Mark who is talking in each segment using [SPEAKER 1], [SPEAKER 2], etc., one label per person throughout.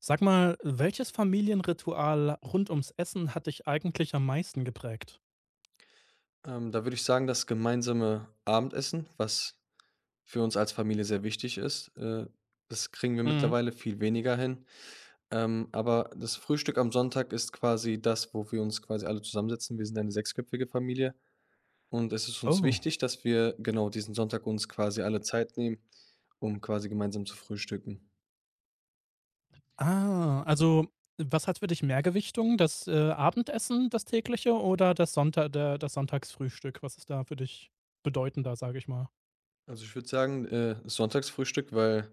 [SPEAKER 1] Sag mal, welches Familienritual rund ums Essen hat dich eigentlich am meisten geprägt?
[SPEAKER 2] Da würde ich sagen, das gemeinsame Abendessen, was für uns als Familie sehr wichtig ist, das kriegen wir
[SPEAKER 1] Mhm.
[SPEAKER 2] mittlerweile viel weniger hin. Aber das Frühstück am Sonntag ist quasi das, wo wir uns quasi alle zusammensetzen. Wir sind eine sechsköpfige Familie und es ist uns
[SPEAKER 1] Oh.
[SPEAKER 2] wichtig, dass wir genau diesen Sonntag uns quasi alle Zeit nehmen, um quasi gemeinsam zu frühstücken.
[SPEAKER 1] Ah, also, was hat für dich mehr Gewichtung? Das, Abendessen, das tägliche oder das Sonntagsfrühstück? Was ist da für dich bedeutender, sage ich mal?
[SPEAKER 2] Also ich würde sagen, das Sonntagsfrühstück, weil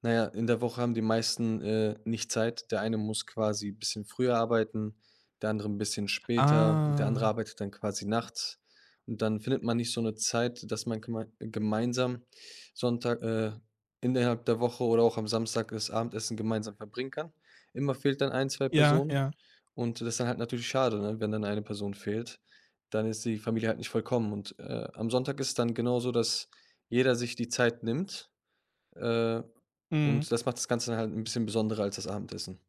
[SPEAKER 2] naja, in der Woche haben die meisten, nicht Zeit. Der eine muss quasi ein bisschen früher arbeiten, der andere ein bisschen später und der andere
[SPEAKER 1] Ah.
[SPEAKER 2] arbeitet dann quasi nachts. Und dann findet man nicht so eine Zeit, dass man gemeinsam Sonntag innerhalb der Woche oder auch am Samstag das Abendessen gemeinsam verbringen kann. Immer fehlt dann ein 2
[SPEAKER 1] Ja,
[SPEAKER 2] Personen
[SPEAKER 1] ja.
[SPEAKER 2] und das ist dann halt natürlich schade, ne? Wenn dann eine Person fehlt, dann ist die Familie halt nicht vollkommen. Und, am Sonntag ist es dann genauso, dass jeder sich die Zeit nimmt äh,
[SPEAKER 1] Mhm.
[SPEAKER 2] und das macht das Ganze dann halt ein bisschen besonderer als das Abendessen.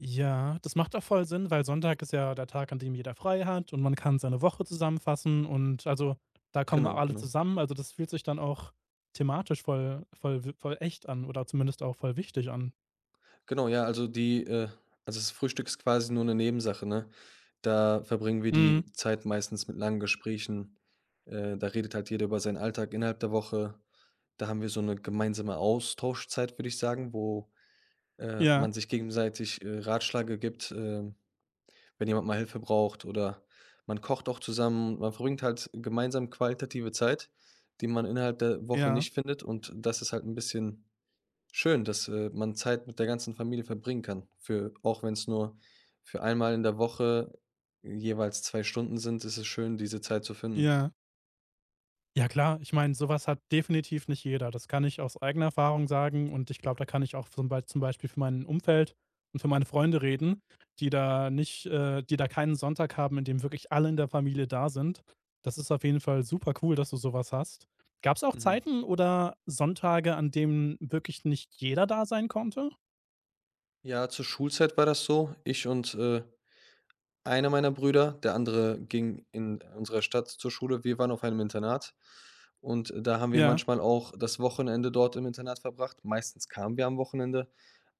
[SPEAKER 1] Ja, das macht auch voll Sinn, weil Sonntag ist ja der Tag, an dem jeder frei hat, und man kann seine Woche zusammenfassen, und also, da kommen
[SPEAKER 2] Genau,
[SPEAKER 1] alle
[SPEAKER 2] genau.
[SPEAKER 1] zusammen. Also, das fühlt sich dann auch thematisch voll echt an, oder zumindest auch voll wichtig an.
[SPEAKER 2] Genau, ja, also die also das Frühstück ist quasi nur eine Nebensache, ne? Da verbringen wir
[SPEAKER 1] Mhm.
[SPEAKER 2] die Zeit meistens mit langen Gesprächen. Da redet halt jeder über seinen Alltag innerhalb der Woche. Da haben wir so eine gemeinsame Austauschzeit, würde ich sagen, wo,
[SPEAKER 1] Ja,
[SPEAKER 2] man sich gegenseitig, Ratschläge gibt, wenn jemand mal Hilfe braucht oder man kocht auch zusammen. Man verbringt halt gemeinsam qualitative Zeit, die man innerhalb der Woche
[SPEAKER 1] ja,
[SPEAKER 2] nicht findet und das ist halt ein bisschen schön, dass, man Zeit mit der ganzen Familie verbringen kann, für auch wenn es nur für einmal in der Woche jeweils 2 Stunden sind, ist es schön, diese Zeit zu finden.
[SPEAKER 1] ja. Ja klar, ich meine, sowas hat definitiv nicht jeder. Das kann ich aus eigener Erfahrung sagen, und ich glaube, da kann ich auch zum Beispiel für mein Umfeld und für meine Freunde reden, die da keinen Sonntag haben, in dem wirklich alle in der Familie da sind. Das ist auf jeden Fall super cool, dass du sowas hast. Gab's auch
[SPEAKER 2] Mhm.
[SPEAKER 1] Zeiten oder Sonntage, an denen wirklich nicht jeder da sein konnte?
[SPEAKER 2] Ja, zur Schulzeit war das so. Ich und, einer meiner Brüder, der andere ging in unserer Stadt zur Schule. Wir waren auf einem Internat und da haben wir
[SPEAKER 1] Ja.
[SPEAKER 2] manchmal auch das Wochenende dort im Internat verbracht. Meistens kamen wir am Wochenende.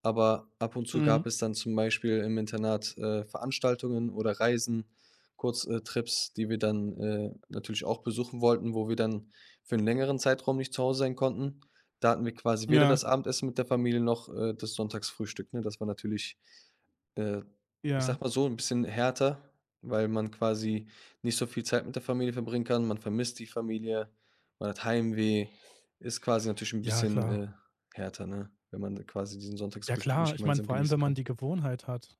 [SPEAKER 2] Aber ab und zu
[SPEAKER 1] Mhm.
[SPEAKER 2] gab es dann zum Beispiel im Internat, Veranstaltungen oder Reisen, Kurztrips, Trips, die wir dann, natürlich auch besuchen wollten, wo wir dann für einen längeren Zeitraum nicht zu Hause sein konnten. Da hatten wir quasi weder
[SPEAKER 1] Ja,
[SPEAKER 2] das Abendessen mit der Familie noch, das Sonntagsfrühstück, ne? Das war natürlich, äh, ich
[SPEAKER 1] ja.
[SPEAKER 2] sag mal so, ein bisschen härter, weil man quasi nicht so viel Zeit mit der Familie verbringen kann. Man vermisst die Familie, man hat Heimweh, ist quasi natürlich ein
[SPEAKER 1] Ja,
[SPEAKER 2] bisschen,
[SPEAKER 1] klar.
[SPEAKER 2] härter, ne? Wenn man quasi diesen
[SPEAKER 1] Ja
[SPEAKER 2] Sonntagsfrühstück
[SPEAKER 1] klar,
[SPEAKER 2] nicht
[SPEAKER 1] ich meine,
[SPEAKER 2] gemeinsam
[SPEAKER 1] vor allem,
[SPEAKER 2] genießen
[SPEAKER 1] wenn man
[SPEAKER 2] kann.
[SPEAKER 1] die Gewohnheit hat.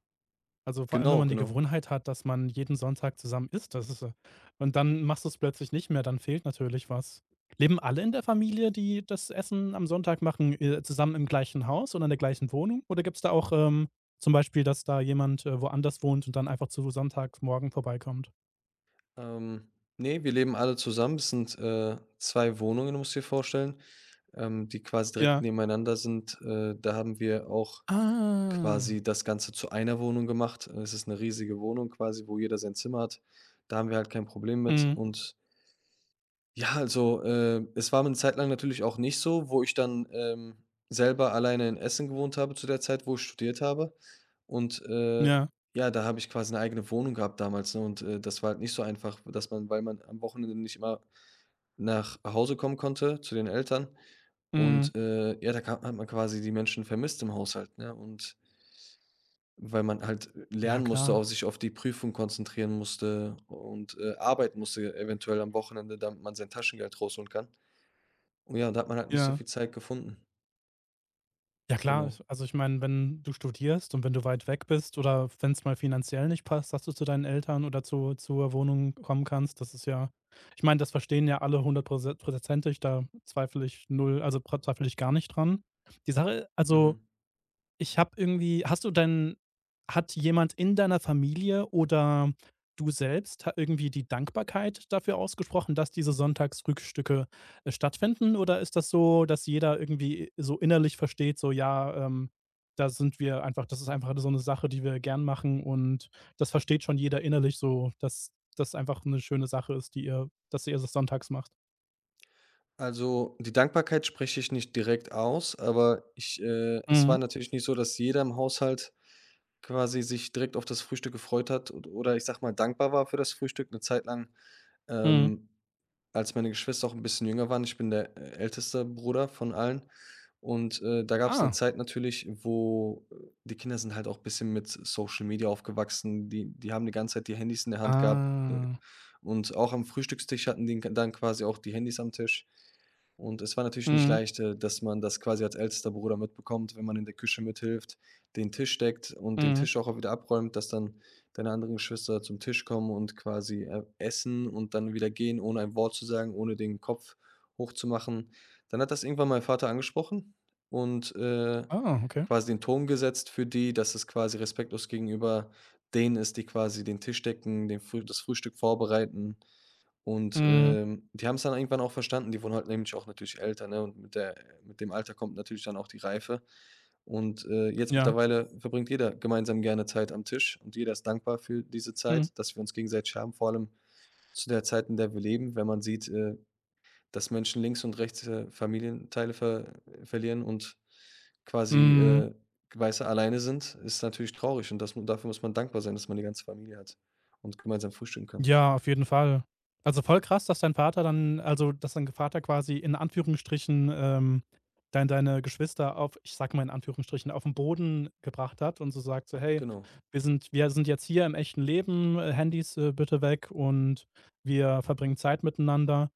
[SPEAKER 1] Also, vor allem, wenn
[SPEAKER 2] Genau,
[SPEAKER 1] man die
[SPEAKER 2] genau.
[SPEAKER 1] Gewohnheit hat, dass man jeden Sonntag zusammen isst, das ist, und dann machst du's plötzlich nicht mehr, dann fehlt natürlich was. Leben alle in der Familie, die das Essen am Sonntag machen, zusammen im gleichen Haus oder in der gleichen Wohnung? Oder gibt's da auch, zum Beispiel, dass da jemand, woanders wohnt und dann einfach zu Sonntagmorgen vorbeikommt?
[SPEAKER 2] Ähm, ne, wir leben alle zusammen. Es sind, 2 Wohnungen, musst du dir vorstellen, die quasi direkt
[SPEAKER 1] Ja.
[SPEAKER 2] nebeneinander sind. Da haben wir auch
[SPEAKER 1] Ah.
[SPEAKER 2] quasi das Ganze zu einer Wohnung gemacht. Es ist eine riesige Wohnung quasi, wo jeder sein Zimmer hat. Da haben wir halt kein Problem mit
[SPEAKER 1] Mhm.
[SPEAKER 2] und ja, also, es war eine Zeit lang natürlich auch nicht so, wo ich dann, selber alleine in Essen gewohnt habe zu der Zeit, wo ich studiert habe. Und,
[SPEAKER 1] Ja.
[SPEAKER 2] ja, da habe ich quasi eine eigene Wohnung gehabt damals, ne? Und, das war halt nicht so einfach, dass man weil man am Wochenende nicht immer nach Hause kommen konnte zu den Eltern.
[SPEAKER 1] Mhm.
[SPEAKER 2] Und, ja, da ka hat man quasi die Menschen vermisst im Haushalt, ne? Und weil man halt
[SPEAKER 1] Ja,
[SPEAKER 2] lernen musste,
[SPEAKER 1] klar.
[SPEAKER 2] auf sich auf die Prüfung konzentrieren musste und, arbeiten musste eventuell am Wochenende, damit man sein Taschengeld rausholen kann. Ja, und ja, da hat man halt nicht so
[SPEAKER 1] Ja.
[SPEAKER 2] viel Zeit gefunden.
[SPEAKER 1] Ja klar,
[SPEAKER 2] Genau.
[SPEAKER 1] ich meine, wenn du studierst und wenn du weit weg bist oder wenn es mal finanziell nicht passt, dass du zu deinen Eltern oder zu zur Wohnung kommen kannst, das ist ja, ich meine, das verstehen ja alle hundertprose prozentig, da zweifle ich null, also, pra zweifle ich gar nicht dran. Die Sache also
[SPEAKER 2] Mhm.
[SPEAKER 1] ich habe irgendwie hast du denn hat jemand in deiner Familie oder du selbst ha irgendwie die Dankbarkeit dafür ausgesprochen, dass diese Sonntagsfrühstücke, stattfinden? Oder ist das so, dass jeder irgendwie so innerlich versteht, so: „Ja, da sind wir einfach das ist einfach so eine Sache, die wir gern machen" und das versteht schon jeder innerlich so, dass das einfach eine schöne Sache ist, die ihr dass ihr das sonntags macht?
[SPEAKER 2] Also, die Dankbarkeit spreche ich nicht direkt aus, aber ich es war
[SPEAKER 1] Mhm,
[SPEAKER 2] natürlich nicht so, dass jeder im Haushalt quasi sich direkt auf das Frühstück gefreut hat od oder ich sage mal, dankbar war für das Frühstück eine Zeit lang,
[SPEAKER 1] mhm.
[SPEAKER 2] ähm, als meine Geschwister auch ein bisschen jünger waren. Ich bin der, älteste Bruder von allen und, da gab es eine
[SPEAKER 1] Ah,
[SPEAKER 2] Zeit natürlich, wo die Kinder sind halt auch ein bisschen mit Social Media aufgewachsen. Die haben die ganze Zeit die Handys in der Hand gehabt,
[SPEAKER 1] ah.
[SPEAKER 2] und auch am Frühstückstisch hatten die dann quasi auch die Handys am Tisch. Und es war natürlich nicht
[SPEAKER 1] Mhm,
[SPEAKER 2] leicht, dass man das quasi als ältester Bruder mitbekommt, wenn man in der Küche mithilft, den Tisch deckt und den
[SPEAKER 1] mhm.
[SPEAKER 2] Tisch auch wieder abräumt, dass dann deine anderen Geschwister zum Tisch kommen und quasi essen und dann wieder gehen, ohne ein Wort zu sagen, ohne den Kopf hochzumachen. Dann hat das irgendwann mein Vater angesprochen und
[SPEAKER 1] Ah, okay.
[SPEAKER 2] quasi den Ton gesetzt für die, dass es quasi respektlos gegenüber denen ist, die quasi den Tisch decken, den Früh das Frühstück vorbereiten und,
[SPEAKER 1] Mhm,
[SPEAKER 2] die haben es dann irgendwann auch verstanden. Die wurden halt nämlich auch natürlich älter, ne? Und mit dem Alter kommt natürlich dann auch die Reife. Und, jetzt
[SPEAKER 1] ja.
[SPEAKER 2] mittlerweile verbringt jeder gemeinsam gerne Zeit am Tisch und jeder ist dankbar für diese
[SPEAKER 1] Mhm.
[SPEAKER 2] Zeit, dass wir uns gegenseitig haben, vor allem zu der Zeit, in der wir leben, wenn man sieht, dass Menschen links und rechts, Familienteile verlieren und quasi,
[SPEAKER 1] Mhm.
[SPEAKER 2] weißt du, alleine sind, ist natürlich traurig und das dafür muss man dankbar sein, dass man die ganze Familie hat und gemeinsam frühstücken kann.
[SPEAKER 1] Ja, auf jeden Fall. Also, voll krass, dass dein Vater quasi in Anführungsstrichen, deine Geschwister auf, ich sage mal, in Anführungsstrichen, auf den Boden gebracht hat und so sagt, so: „Hey,
[SPEAKER 2] Genau.
[SPEAKER 1] wir sind jetzt hier im echten Leben, Handys, bitte weg, und wir verbringen Zeit miteinander."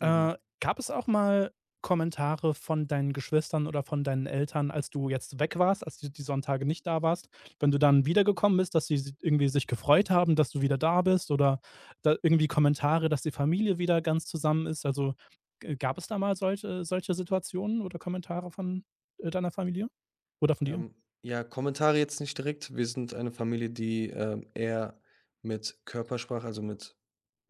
[SPEAKER 1] Äh,
[SPEAKER 2] Mhm.
[SPEAKER 1] gab es auch mal Kommentare von deinen Geschwistern oder von deinen Eltern, als du jetzt weg warst, als du die Sonntage nicht da warst, wenn du dann wiedergekommen bist, dass sie si irgendwie sich gefreut haben, dass du wieder da bist, oder da irgendwie Kommentare, dass die Familie wieder ganz zusammen ist? Also, g gab es da mal solche Situationen oder Kommentare von, deiner Familie oder von dir?
[SPEAKER 2] Ähm, ja, Kommentare jetzt nicht direkt. Wir sind eine Familie, die, eher mit Körpersprache, also mit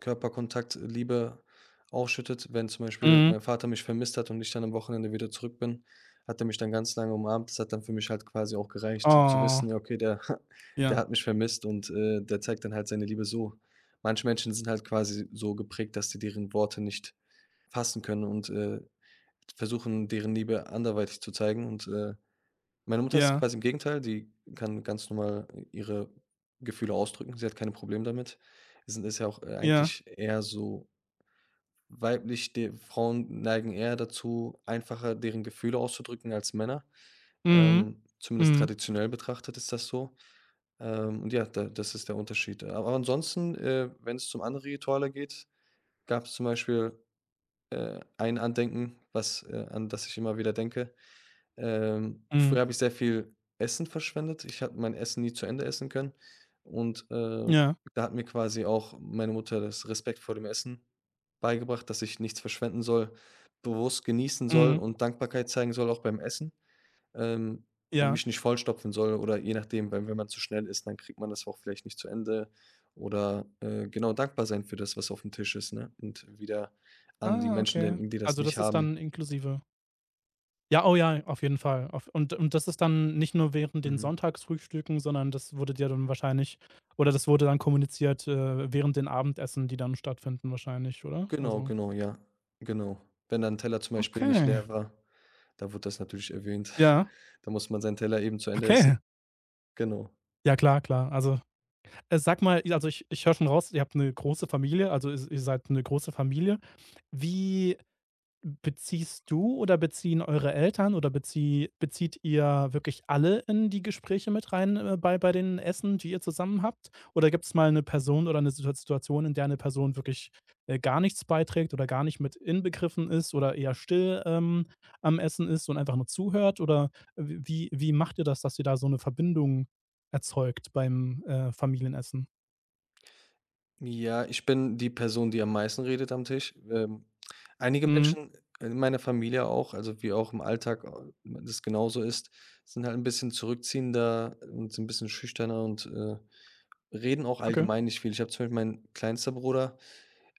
[SPEAKER 2] Körperkontakt Liebe ausschüttet. Wenn zum Beispiel
[SPEAKER 1] Mhm.
[SPEAKER 2] mein Vater mich vermisst hat und ich dann am Wochenende wieder zurück bin, hat er mich dann ganz lange umarmt. Das hat dann für mich halt quasi auch gereicht zu
[SPEAKER 1] Oh,
[SPEAKER 2] wissen: „Ja, okay, der der
[SPEAKER 1] ja,
[SPEAKER 2] hat mich vermisst und, der zeigt dann halt seine Liebe so." Manche Menschen sind halt quasi so geprägt, dass sie deren Worte nicht fassen können und, versuchen, deren Liebe anderweitig zu zeigen und, meine Mutter ist
[SPEAKER 1] ja,
[SPEAKER 2] quasi im Gegenteil, die kann ganz normal ihre Gefühle ausdrücken. Sie hat keine Probleme damit. Sie sind ist ja auch,
[SPEAKER 1] ja.
[SPEAKER 2] eigentlich eher so weiblich, de Frauen neigen eher dazu, einfacher deren Gefühle auszudrücken als Männer.
[SPEAKER 1] Mhm,
[SPEAKER 2] Zumindest
[SPEAKER 1] mhm,
[SPEAKER 2] traditionell betrachtet ist das so. Und ja, da das ist der Unterschied. Aber ansonsten, wenn es zum anderen Rituale geht, gab es zum Beispiel ein Andenken, was an das ich immer wieder denke.
[SPEAKER 1] mhm,
[SPEAKER 2] Früher habe ich sehr viel Essen verschwendet. Ich habe mein Essen nie zu Ende essen können und,
[SPEAKER 1] ja,
[SPEAKER 2] da hat mir quasi auch meine Mutter das Respekt vor dem Essen beigebracht, dass ich nichts verschwenden soll, bewusst genießen soll
[SPEAKER 1] mhm,
[SPEAKER 2] und Dankbarkeit zeigen soll, auch beim Essen, ähm, und
[SPEAKER 1] ja.
[SPEAKER 2] mich nicht vollstopfen soll oder je nachdem, wenn man zu schnell isst, dann kriegt man das auch vielleicht nicht zu Ende oder, genau, dankbar sein für das, was auf dem Tisch ist, ne, und wieder an die
[SPEAKER 1] Ah,
[SPEAKER 2] Menschen
[SPEAKER 1] okay.
[SPEAKER 2] denken, die das
[SPEAKER 1] Also,
[SPEAKER 2] nicht
[SPEAKER 1] das ist dann
[SPEAKER 2] haben.
[SPEAKER 1] inklusive, ja, oh ja, auf jeden Fall. Auf und das ist dann nicht nur während den
[SPEAKER 2] Mhm.
[SPEAKER 1] Sonntagsfrühstücken, sondern das wurde dir dann wahrscheinlich, oder das wurde dann kommuniziert, während den Abendessen, die dann stattfinden wahrscheinlich, oder?
[SPEAKER 2] Genau,
[SPEAKER 1] Also,
[SPEAKER 2] genau, ja, genau. Wenn dann 'n Teller zum Beispiel nicht
[SPEAKER 1] okay.
[SPEAKER 2] leer war, da wurde das natürlich erwähnt.
[SPEAKER 1] Ja,
[SPEAKER 2] Da muss man seinen Teller eben zu Ende essen.
[SPEAKER 1] okay.
[SPEAKER 2] Genau.
[SPEAKER 1] Ja, klar, klar. Also, sag mal, also, ich höre schon raus, ihr habt eine große Familie, also, is ihr seid eine große Familie. Wie Beziehst du, oder beziehen eure Eltern, oder bezieht ihr wirklich alle in die Gespräche mit rein, bei den Essen, die ihr zusammen habt? Oder gibt es mal eine Person oder eine Situation, in der eine Person wirklich, gar nichts beiträgt oder gar nicht mit inbegriffen ist, oder eher still, am Essen ist und einfach nur zuhört? Oder w wie wie macht ihr das, dass ihr da so eine Verbindung erzeugt beim, Familienessen?
[SPEAKER 2] Ja, ich bin die Person, die am meisten redet am Tisch. Einige
[SPEAKER 1] Mhm,
[SPEAKER 2] Menschen in meiner Familie auch, also, wie auch im Alltag, das genauso ist, sind halt 'n bisschen zurückziehender und sind 'n bisschen schüchterner und, reden auch
[SPEAKER 1] okay.
[SPEAKER 2] allgemein nicht viel. Ich habe zum Beispiel meinen kleinster Bruder,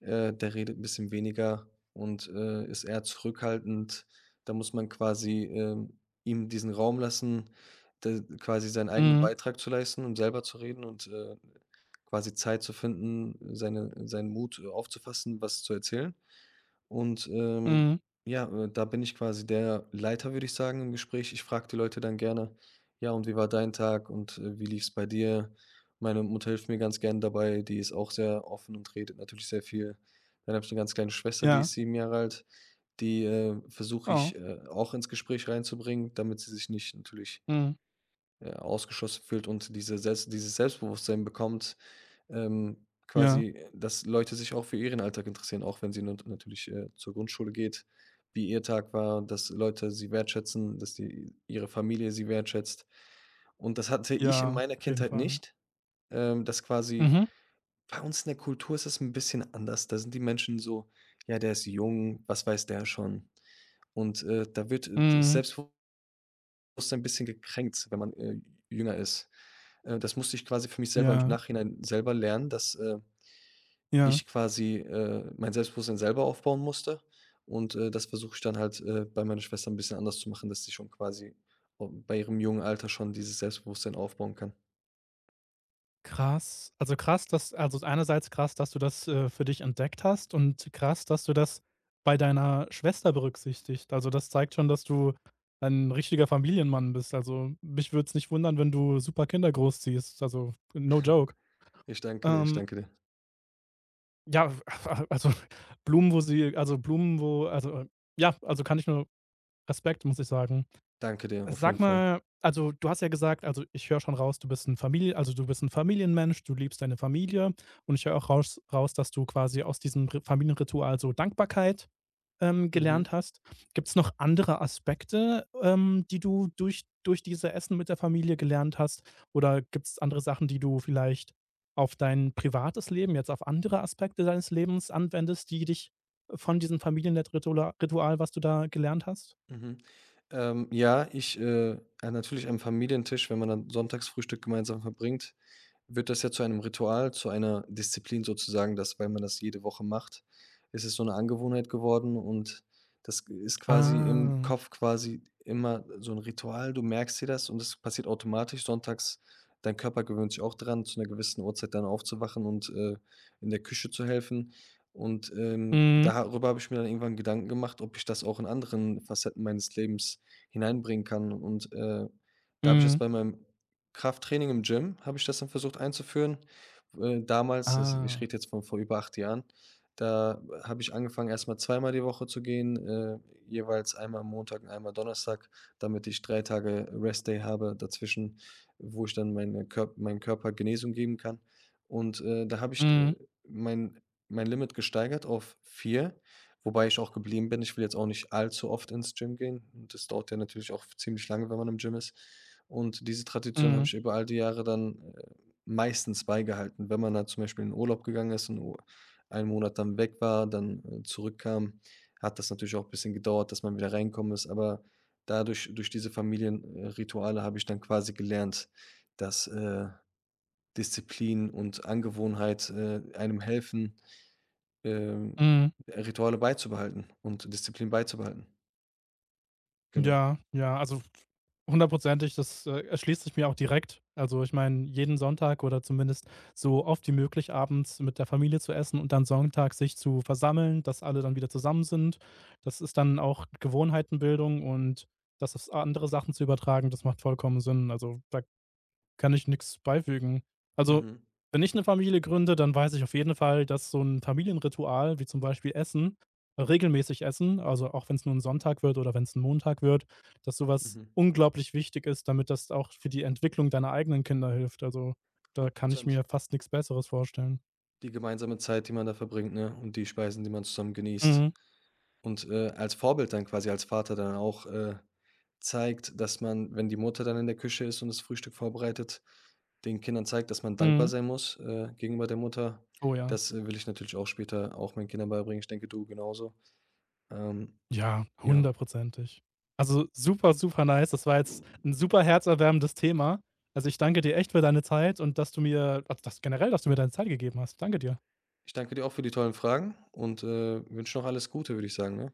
[SPEAKER 2] der redet ein bisschen weniger und, ist eher zurückhaltend. Da muss man quasi, ihm diesen Raum lassen, da quasi seinen eigenen
[SPEAKER 1] Mhm,
[SPEAKER 2] Beitrag zu leisten und selber zu reden und, quasi Zeit zu finden, seinen Mut, aufzufassen, was zu erzählen. Und,
[SPEAKER 1] mhm.
[SPEAKER 2] ja, da bin ich quasi der Leiter, würde ich sagen, im Gespräch. Ich frage die Leute dann gerne: „Ja, und wie war dein Tag und, wie lief's bei dir?" Meine Mutter hilft mir ganz gerne dabei, die ist auch sehr offen und redet natürlich sehr viel. Dann habe ich eine ganz kleine Schwester, die
[SPEAKER 1] Ja.
[SPEAKER 2] ist 7 Jahre alt, die, versuche ich,
[SPEAKER 1] Oh.
[SPEAKER 2] auch ins Gespräch reinzubringen, damit sie sich nicht natürlich,
[SPEAKER 1] Mhm.
[SPEAKER 2] ausgeschlossen fühlt und diese Selbst dieses Selbstbewusstsein bekommt,
[SPEAKER 1] Ja.
[SPEAKER 2] quasi, dass Leute sich auch für ihren Alltag interessieren, auch wenn sie natürlich, zur Grundschule geht, wie ihr Tag war, dass Leute sie wertschätzen, dass die ihre Familie sie wertschätzt. Und das hatte ich in
[SPEAKER 1] Ja,
[SPEAKER 2] meiner
[SPEAKER 1] auf jeden
[SPEAKER 2] Kindheit
[SPEAKER 1] Fall.
[SPEAKER 2] nicht, dass quasi
[SPEAKER 1] Mhm,
[SPEAKER 2] bei uns in der Kultur ist es ein bisschen anders. Da sind die Menschen so: „Ja, der ist jung, was weiß der schon?" Und, da wird, das
[SPEAKER 1] mhm.
[SPEAKER 2] Selbstbewusstsein 'n bisschen gekränkt, wenn man, jünger ist. Das musste ich quasi für mich selber im
[SPEAKER 1] Ja,
[SPEAKER 2] Nachhinein selber lernen, dass,
[SPEAKER 1] ja.
[SPEAKER 2] ich quasi, mein Selbstbewusstsein selber aufbauen musste. Und, das versuche ich dann halt, bei meiner Schwester ein bisschen anders zu machen, dass sie schon quasi o bei ihrem jungen Alter schon dieses Selbstbewusstsein aufbauen kann.
[SPEAKER 1] Krass. Also, krass, dass also, einerseits krass, dass du das, für dich entdeckt hast, und krass, dass du das bei deiner Schwester berücksichtigt. Also, das zeigt schon, dass du ein richtiger Familienmann bist. Also, mich würde es nicht wundern, wenn du super Kinder großziehst. Also, no joke.
[SPEAKER 2] Ich danke dir, ich
[SPEAKER 1] Ähm,
[SPEAKER 2] danke dir.
[SPEAKER 1] ja, also, Blumen, wo sie also, Blumen, wo also, äh, ja, also, kann ich nur Respekt, muss ich sagen.
[SPEAKER 2] Danke dir, auf jeden
[SPEAKER 1] Sag
[SPEAKER 2] Fall.
[SPEAKER 1] mal, also du hast ja gesagt, also ich höre schon raus, du bist ein Familienmensch, du liebst deine Familie, und ich höre auch raus, dass du quasi aus diesem Ri Familienritual so Dankbarkeit,
[SPEAKER 2] Mhm,
[SPEAKER 1] gelernt hast. Gibt es noch andere Aspekte, die du durch diese Essen mit der Familie gelernt hast? Oder gibt es andere Sachen, die du vielleicht auf dein privates Leben, jetzt auf andere Aspekte deines Lebens, anwendest, die dich von diesem Ritual, was du da gelernt hast?
[SPEAKER 2] mhm. Ja, ich, natürlich am Familientisch, wenn man dann Sonntagsfrühstück gemeinsam verbringt, wird das ja zu einem Ritual, zu einer Disziplin sozusagen, dass weil man das jede Woche macht, ist es so eine Angewohnheit geworden und das ist quasi im
[SPEAKER 1] Ah.
[SPEAKER 2] Kopf quasi immer so ein Ritual. Du merkst dir das und es passiert automatisch sonntags. Dein Körper gewöhnt sich auch dran, zu einer gewissen Uhrzeit dann aufzuwachen und, in der Küche zu helfen. Und,
[SPEAKER 1] Mhm.
[SPEAKER 2] darüber habe ich mir dann irgendwann Gedanken gemacht, ob ich das auch in anderen Facetten meines Lebens hineinbringen kann. Und, da habe ich das
[SPEAKER 1] Mhm.
[SPEAKER 2] bei meinem Krafttraining im Gym habe ich das dann versucht einzuführen. Damals, das ich
[SPEAKER 1] Ah.
[SPEAKER 2] rede jetzt von vor über 8 Jahren, da habe ich angefangen, erst mal zweimal die Woche zu gehen, jeweils einmal am Montag und einmal Donnerstag, damit ich 3 Tage Rest Day habe dazwischen, wo ich dann meine Körp meinem Körper Genesung geben kann. Und, da habe ich,
[SPEAKER 1] Mhm.
[SPEAKER 2] mein mein Limit gesteigert auf 4, wobei ich auch geblieben bin. Ich will jetzt auch nicht allzu oft ins Gym gehen. Und das dauert ja natürlich auch ziemlich lange, wenn man im Gym ist. Und diese Tradition habe
[SPEAKER 1] Mhm.
[SPEAKER 2] ich über all die Jahre dann, meistens beigehalten. Wenn man dann zum Beispiel in den Urlaub gegangen ist und o einen Monat dann weg war, dann, zurückkam, hat das natürlich auch ein bisschen gedauert, dass man wieder reingekommen ist. Aber dadurch durch diese Familienrituale habe ich dann quasi gelernt, dass, Disziplin und Angewohnheit, einem helfen, ähm,
[SPEAKER 1] Mhm.
[SPEAKER 2] Rituale beizubehalten und Disziplin beizubehalten. Genau.
[SPEAKER 1] Ja, ja, also hundertprozentig, das, erschließt sich mir auch direkt. Also, ich meine, jeden Sonntag, oder zumindest so oft wie möglich abends mit der Familie zu essen, und dann Sonntag sich zu versammeln, dass alle dann wieder zusammen sind. Das ist dann auch Gewohnheitenbildung, und das auf andere Sachen zu übertragen, das macht vollkommen Sinn. Also, da kann ich nichts beifügen. Also,
[SPEAKER 2] Mhm,
[SPEAKER 1] wenn ich eine Familie gründe, dann weiß ich auf jeden Fall, dass so ein Familienritual, wie zum Beispiel Essen regelmäßig Essen, also auch wenn es nur ein Sonntag wird oder wenn es ein Montag wird, dass sowas
[SPEAKER 2] mhm.
[SPEAKER 1] unglaublich wichtig ist, damit das auch für die Entwicklung deiner eigenen Kinder hilft. Also, da kann ich
[SPEAKER 2] 100.
[SPEAKER 1] mir fast nichts Besseres vorstellen.
[SPEAKER 2] Die gemeinsame Zeit, die man da verbringt, ne? Und die Speisen, die man zusammen genießt.
[SPEAKER 1] Mhm,
[SPEAKER 2] Und, als Vorbild dann quasi, als Vater dann auch, zeigt, dass man, wenn die Mutter dann in der Küche ist und das Frühstück vorbereitet, den Kindern zeigt, dass man dankbar
[SPEAKER 1] mhm.
[SPEAKER 2] sein muss, gegenüber der Mutter.
[SPEAKER 1] Oh ja.
[SPEAKER 2] Das, will ich natürlich auch später auch meinen Kindern beibringen. Ich denke, du genauso. Ähm,
[SPEAKER 1] Ja,
[SPEAKER 2] ja.
[SPEAKER 1] hundertprozentig. Also, super, super nice. Das war jetzt ein super herzerwärmendes Thema. Also, ich danke dir echt für deine Zeit, und dass du mir deine Zeit gegeben hast. Danke dir.
[SPEAKER 2] Ich danke dir auch für die tollen Fragen und, wünsche noch alles Gute, würde ich sagen, ne?